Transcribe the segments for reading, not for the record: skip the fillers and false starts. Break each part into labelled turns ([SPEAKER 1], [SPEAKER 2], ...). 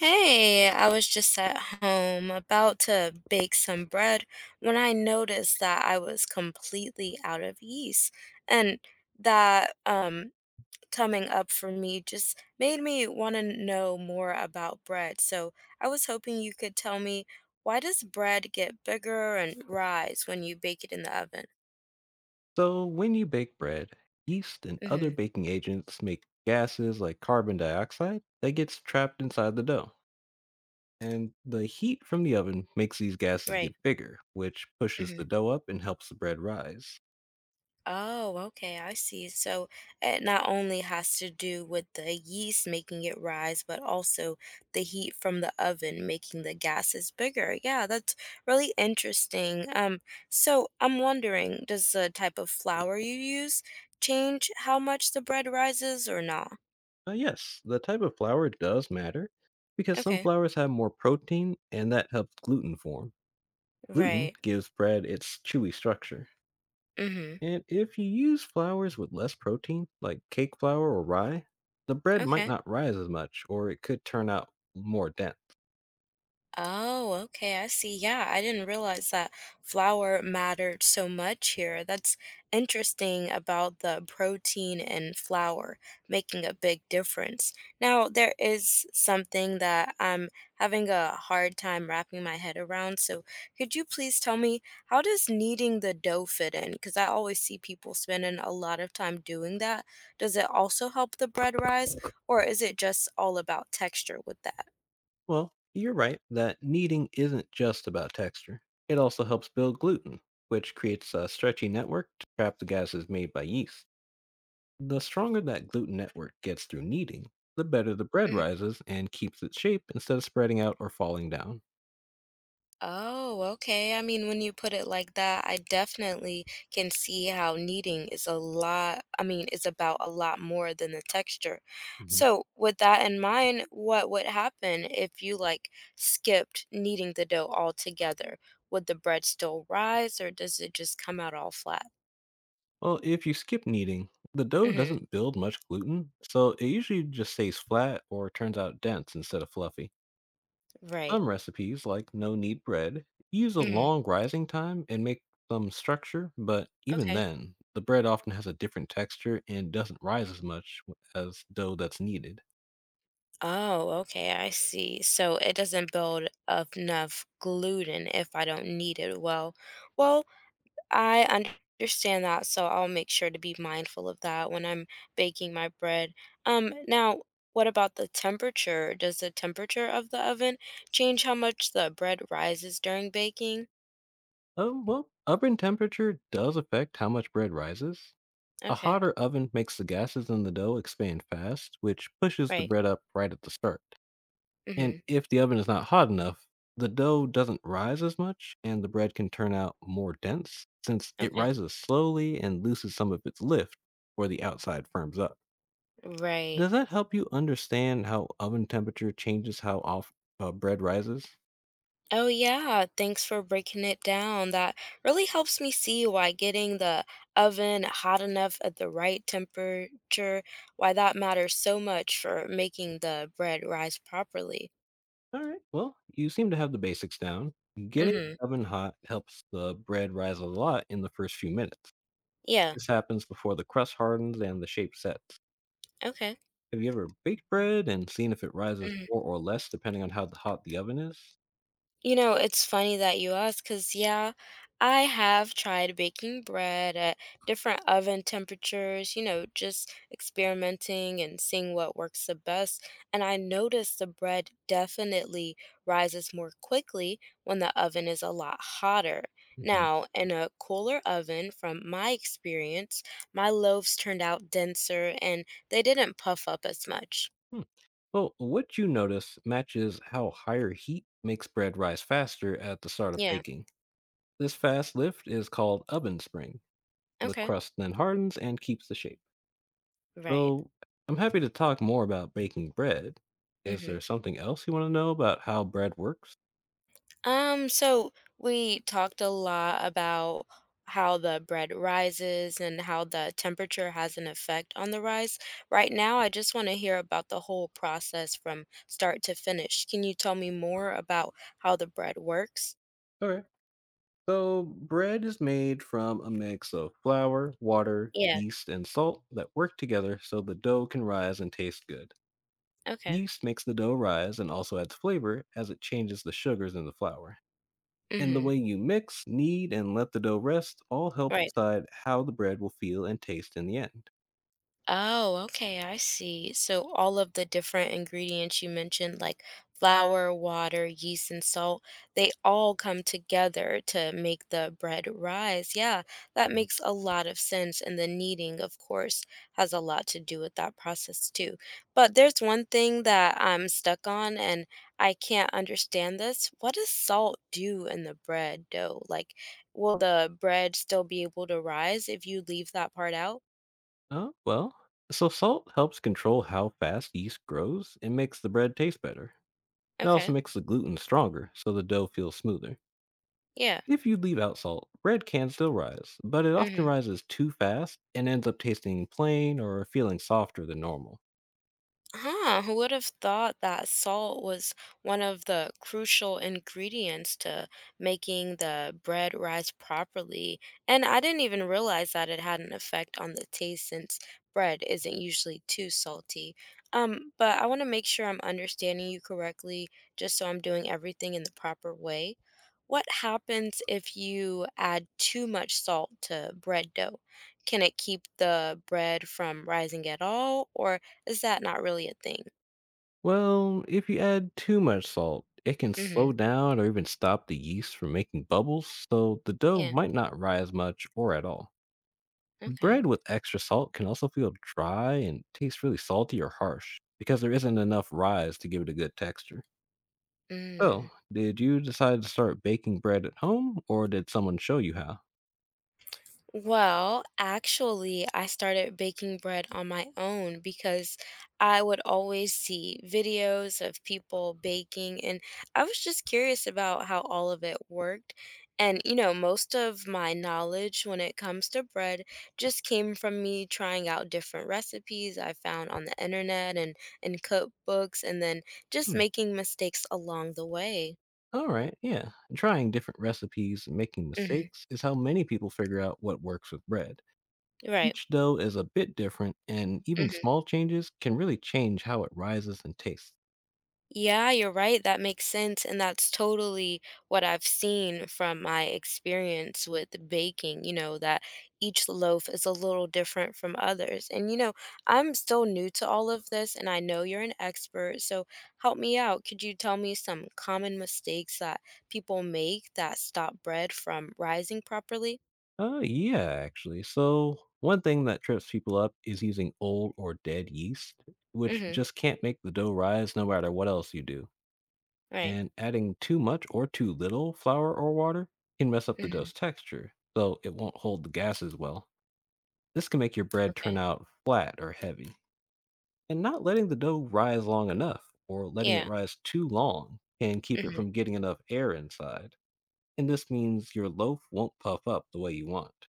[SPEAKER 1] Hey, I was just at home about to bake some bread when I noticed that I was completely out of yeast. And that coming up for me just made me want to know more about bread. So I was hoping you could tell me, why does bread get bigger and rise when you bake it in the oven?
[SPEAKER 2] So, when you bake bread, yeast and other
[SPEAKER 1] Mm-hmm.
[SPEAKER 2] baking agents make gases like carbon dioxide that gets trapped inside the dough. And the heat from the oven makes these gases
[SPEAKER 1] Right.
[SPEAKER 2] get bigger, which pushes the
[SPEAKER 1] Mm-hmm.
[SPEAKER 2] dough up and helps the bread rise.
[SPEAKER 1] Oh, okay, I see. So it not only has to do with the yeast making it rise, but also the heat from the oven making the gases bigger. Yeah, that's really interesting. So I'm wondering, does the type of flour you use change how much the bread rises or not?
[SPEAKER 2] Yes, the type of flour does matter because some
[SPEAKER 1] Okay,
[SPEAKER 2] flours have more protein and that helps gluten form. Gluten
[SPEAKER 1] right.
[SPEAKER 2] gives bread its chewy structure.
[SPEAKER 1] Mm-hmm.
[SPEAKER 2] And if you use flours with less protein, like cake flour or rye, the bread might
[SPEAKER 1] Okay.
[SPEAKER 2] not rise as much, or it could turn out more dense.
[SPEAKER 1] Oh, okay, I see. Yeah, I didn't realize that flour mattered so much here. That's interesting about the protein in flour making a big difference. Now, there is something that I'm having a hard time wrapping my head around. So, could you please tell me, how does kneading the dough fit in? Because I always see people spending a lot of time doing that. Does it also help the bread rise, or is it just all about texture with that?
[SPEAKER 2] Well, you're right that kneading isn't just about texture. It also helps build gluten, which creates a stretchy network to trap the gases made by yeast. The stronger that gluten network gets through kneading, the better the bread
[SPEAKER 1] Mhm.
[SPEAKER 2] rises and keeps its shape instead of spreading out or falling down.
[SPEAKER 1] Oh, okay. I mean, when you put it like that, I definitely can see how kneading is I mean, is about a lot more than the texture.
[SPEAKER 2] Mhm.
[SPEAKER 1] So, with that in mind, what would happen if you like skipped kneading the dough altogether? Would the bread still rise or does it just come out all flat?
[SPEAKER 2] Well, if you skip kneading, the dough
[SPEAKER 1] Hmm.
[SPEAKER 2] doesn't build much gluten, so it usually just stays flat or turns out dense instead of fluffy.
[SPEAKER 1] Right.
[SPEAKER 2] Some recipes, like no knead bread, use a
[SPEAKER 1] Hmm.
[SPEAKER 2] long rising time and make some structure, but even
[SPEAKER 1] Okay.
[SPEAKER 2] then, the bread often has a different texture and doesn't rise as much as dough that's kneaded.
[SPEAKER 1] Oh, okay, I see. So it doesn't build up enough gluten if I don't need it. Well, I understand that, so I'll make sure to be mindful of that when I'm baking my bread. Now, what about the temperature? Does the temperature of the oven change how much the bread rises during baking?
[SPEAKER 2] Well, oven temperature does affect how much bread rises. A
[SPEAKER 1] Okay,
[SPEAKER 2] hotter oven makes the gases in the dough expand fast, which pushes the
[SPEAKER 1] right.
[SPEAKER 2] bread up right at the start.
[SPEAKER 1] Mm-hmm.
[SPEAKER 2] And if the oven is not hot enough, the dough doesn't rise as much and the bread can turn out more dense since it
[SPEAKER 1] Okay,
[SPEAKER 2] rises slowly and loses some of its lift where the outside firms up.
[SPEAKER 1] right.
[SPEAKER 2] Does that help you understand how oven temperature changes how off bread rises?
[SPEAKER 1] Oh, yeah. Thanks for breaking it down. That really helps me see why getting the oven hot enough at the right temperature, why that matters so much for making the bread rise properly.
[SPEAKER 2] All right. Well, you seem to have the basics down. Getting
[SPEAKER 1] Mm-hmm.
[SPEAKER 2] the oven hot helps the bread rise a lot in the first few minutes.
[SPEAKER 1] Yeah.
[SPEAKER 2] This happens before the crust hardens and the shape sets.
[SPEAKER 1] Okay.
[SPEAKER 2] Have you ever baked bread and seen if it rises
[SPEAKER 1] Mm-hmm.
[SPEAKER 2] more or less depending on how hot the oven is?
[SPEAKER 1] You know, it's funny that you ask because, yeah, I have tried baking bread at different oven temperatures, just experimenting and seeing what works the best. And I noticed the bread definitely rises more quickly when the oven is a lot hotter.
[SPEAKER 2] Hmm.
[SPEAKER 1] Now, in a cooler oven, from my experience, my loaves turned out denser and they didn't puff up as much.
[SPEAKER 2] Hmm. Well, what you notice matches how higher heat makes bread rise faster at the start of
[SPEAKER 1] Yeah.
[SPEAKER 2] baking. This fast lift is called oven spring. The
[SPEAKER 1] Okay.
[SPEAKER 2] crust then hardens and keeps the shape.
[SPEAKER 1] Right.
[SPEAKER 2] So, I'm happy to talk more about baking bread. Is
[SPEAKER 1] Mm-hmm.
[SPEAKER 2] there something else you want to know about how bread works?
[SPEAKER 1] So we talked a lot about how the bread rises and how the temperature has an effect on the rise. Right now, I just want to hear about the whole process from start to finish. Can you tell me more about how the bread works?
[SPEAKER 2] Okay. So, bread is made from a mix of flour, water,
[SPEAKER 1] Yeah.
[SPEAKER 2] yeast, and salt that work together so the dough can rise and taste good.
[SPEAKER 1] Okay.
[SPEAKER 2] Yeast makes the dough rise and also adds flavor as it changes the sugars in the flour. And the
[SPEAKER 1] Mm-hmm.
[SPEAKER 2] way you mix, knead, and let the dough rest all help
[SPEAKER 1] Right.
[SPEAKER 2] decide how the bread will feel and taste in the end.
[SPEAKER 1] Oh, okay, I see. So all of the different ingredients you mentioned, like flour, water, yeast, and salt, they all come together to make the bread rise. Yeah, that
[SPEAKER 2] Mm-hmm.
[SPEAKER 1] makes a lot of sense. And the kneading, of course, has a lot to do with that process too. But there's one thing that I'm stuck on, and I can't understand this. What does salt do in the bread dough? Like, will the bread still be able to rise if you leave that part out?
[SPEAKER 2] Oh, well, so salt helps control how fast yeast grows and makes the bread taste better. It also
[SPEAKER 1] Okay,
[SPEAKER 2] makes the gluten stronger, so the dough feels smoother.
[SPEAKER 1] yeah.
[SPEAKER 2] If you leave out salt, bread can still rise, but it often
[SPEAKER 1] Hmm.
[SPEAKER 2] rises too fast and ends up tasting plain or feeling softer than normal.
[SPEAKER 1] Huh, who would have thought that salt was one of the crucial ingredients to making the bread rise properly? And I didn't even realize that it had an effect on the taste since bread isn't usually too salty. But I want to make sure I'm understanding you correctly, just so I'm doing everything in the proper way. What happens if you add too much salt to bread dough? Can it keep the bread from rising at all, or is that not really a thing?
[SPEAKER 2] Well, if you add too much salt, it can slow
[SPEAKER 1] Mhm.
[SPEAKER 2] down or even stop the yeast from making bubbles, so the dough
[SPEAKER 1] Yeah,
[SPEAKER 2] might not rise much or at all.
[SPEAKER 1] okay.
[SPEAKER 2] Bread with extra salt can also feel dry and taste really salty or harsh because there isn't enough rise to give it a good texture.
[SPEAKER 1] Mm.
[SPEAKER 2] So, did you decide to start baking bread at home or did someone show you how?
[SPEAKER 1] Well, actually, I started baking bread on my own because I would always see videos of people baking, and I was just curious about how all of it worked. And, most of my knowledge when it comes to bread just came from me trying out different recipes I found on the internet and in cookbooks, and then just
[SPEAKER 2] Hmm.
[SPEAKER 1] making mistakes along the way.
[SPEAKER 2] All right, yeah. Trying different recipes and making
[SPEAKER 1] Mhm.
[SPEAKER 2] mistakes is how many people figure out what works with bread.
[SPEAKER 1] Right.
[SPEAKER 2] Each dough is a bit different, and even
[SPEAKER 1] Mhm.
[SPEAKER 2] small changes can really change how it rises and tastes.
[SPEAKER 1] Yeah, you're right. That makes sense. And that's totally what I've seen from my experience with baking, that each loaf is a little different from others. And, I'm still new to all of this, and I know you're an expert. So help me out. Could you tell me some common mistakes that people make that stop bread from rising properly?
[SPEAKER 2] Oh, yeah, actually. So, one thing that trips people up is using old or dead yeast, which
[SPEAKER 1] Mm-hmm.
[SPEAKER 2] just can't make the dough rise no matter what else you do.
[SPEAKER 1] Right.
[SPEAKER 2] And adding too much or too little flour or water can mess up the
[SPEAKER 1] Mm-hmm.
[SPEAKER 2] dough's texture, so it won't hold the gas as well. This can make your bread turn
[SPEAKER 1] Okay.
[SPEAKER 2] out flat or heavy. And not letting the dough rise long enough or letting it
[SPEAKER 1] Yeah.
[SPEAKER 2] rise too long can keep it from getting enough air inside. And this means your loaf won't puff up the way you want.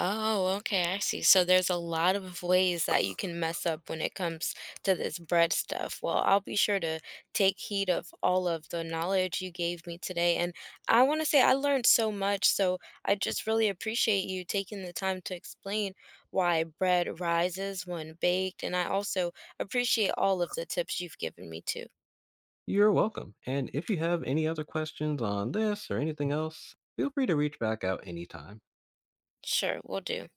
[SPEAKER 1] Oh, okay, I see. So there's a lot of ways that you can mess up when it comes to this bread stuff. Well, I'll be sure to take heed of all of the knowledge you gave me today. And I want to say I learned so much. So I just really appreciate you taking the time to explain why bread rises when baked. And I also appreciate all of the tips you've given me too.
[SPEAKER 2] You're welcome. And if you have any other questions on this or anything else, feel free to reach back out anytime.
[SPEAKER 1] Sure, we'll do.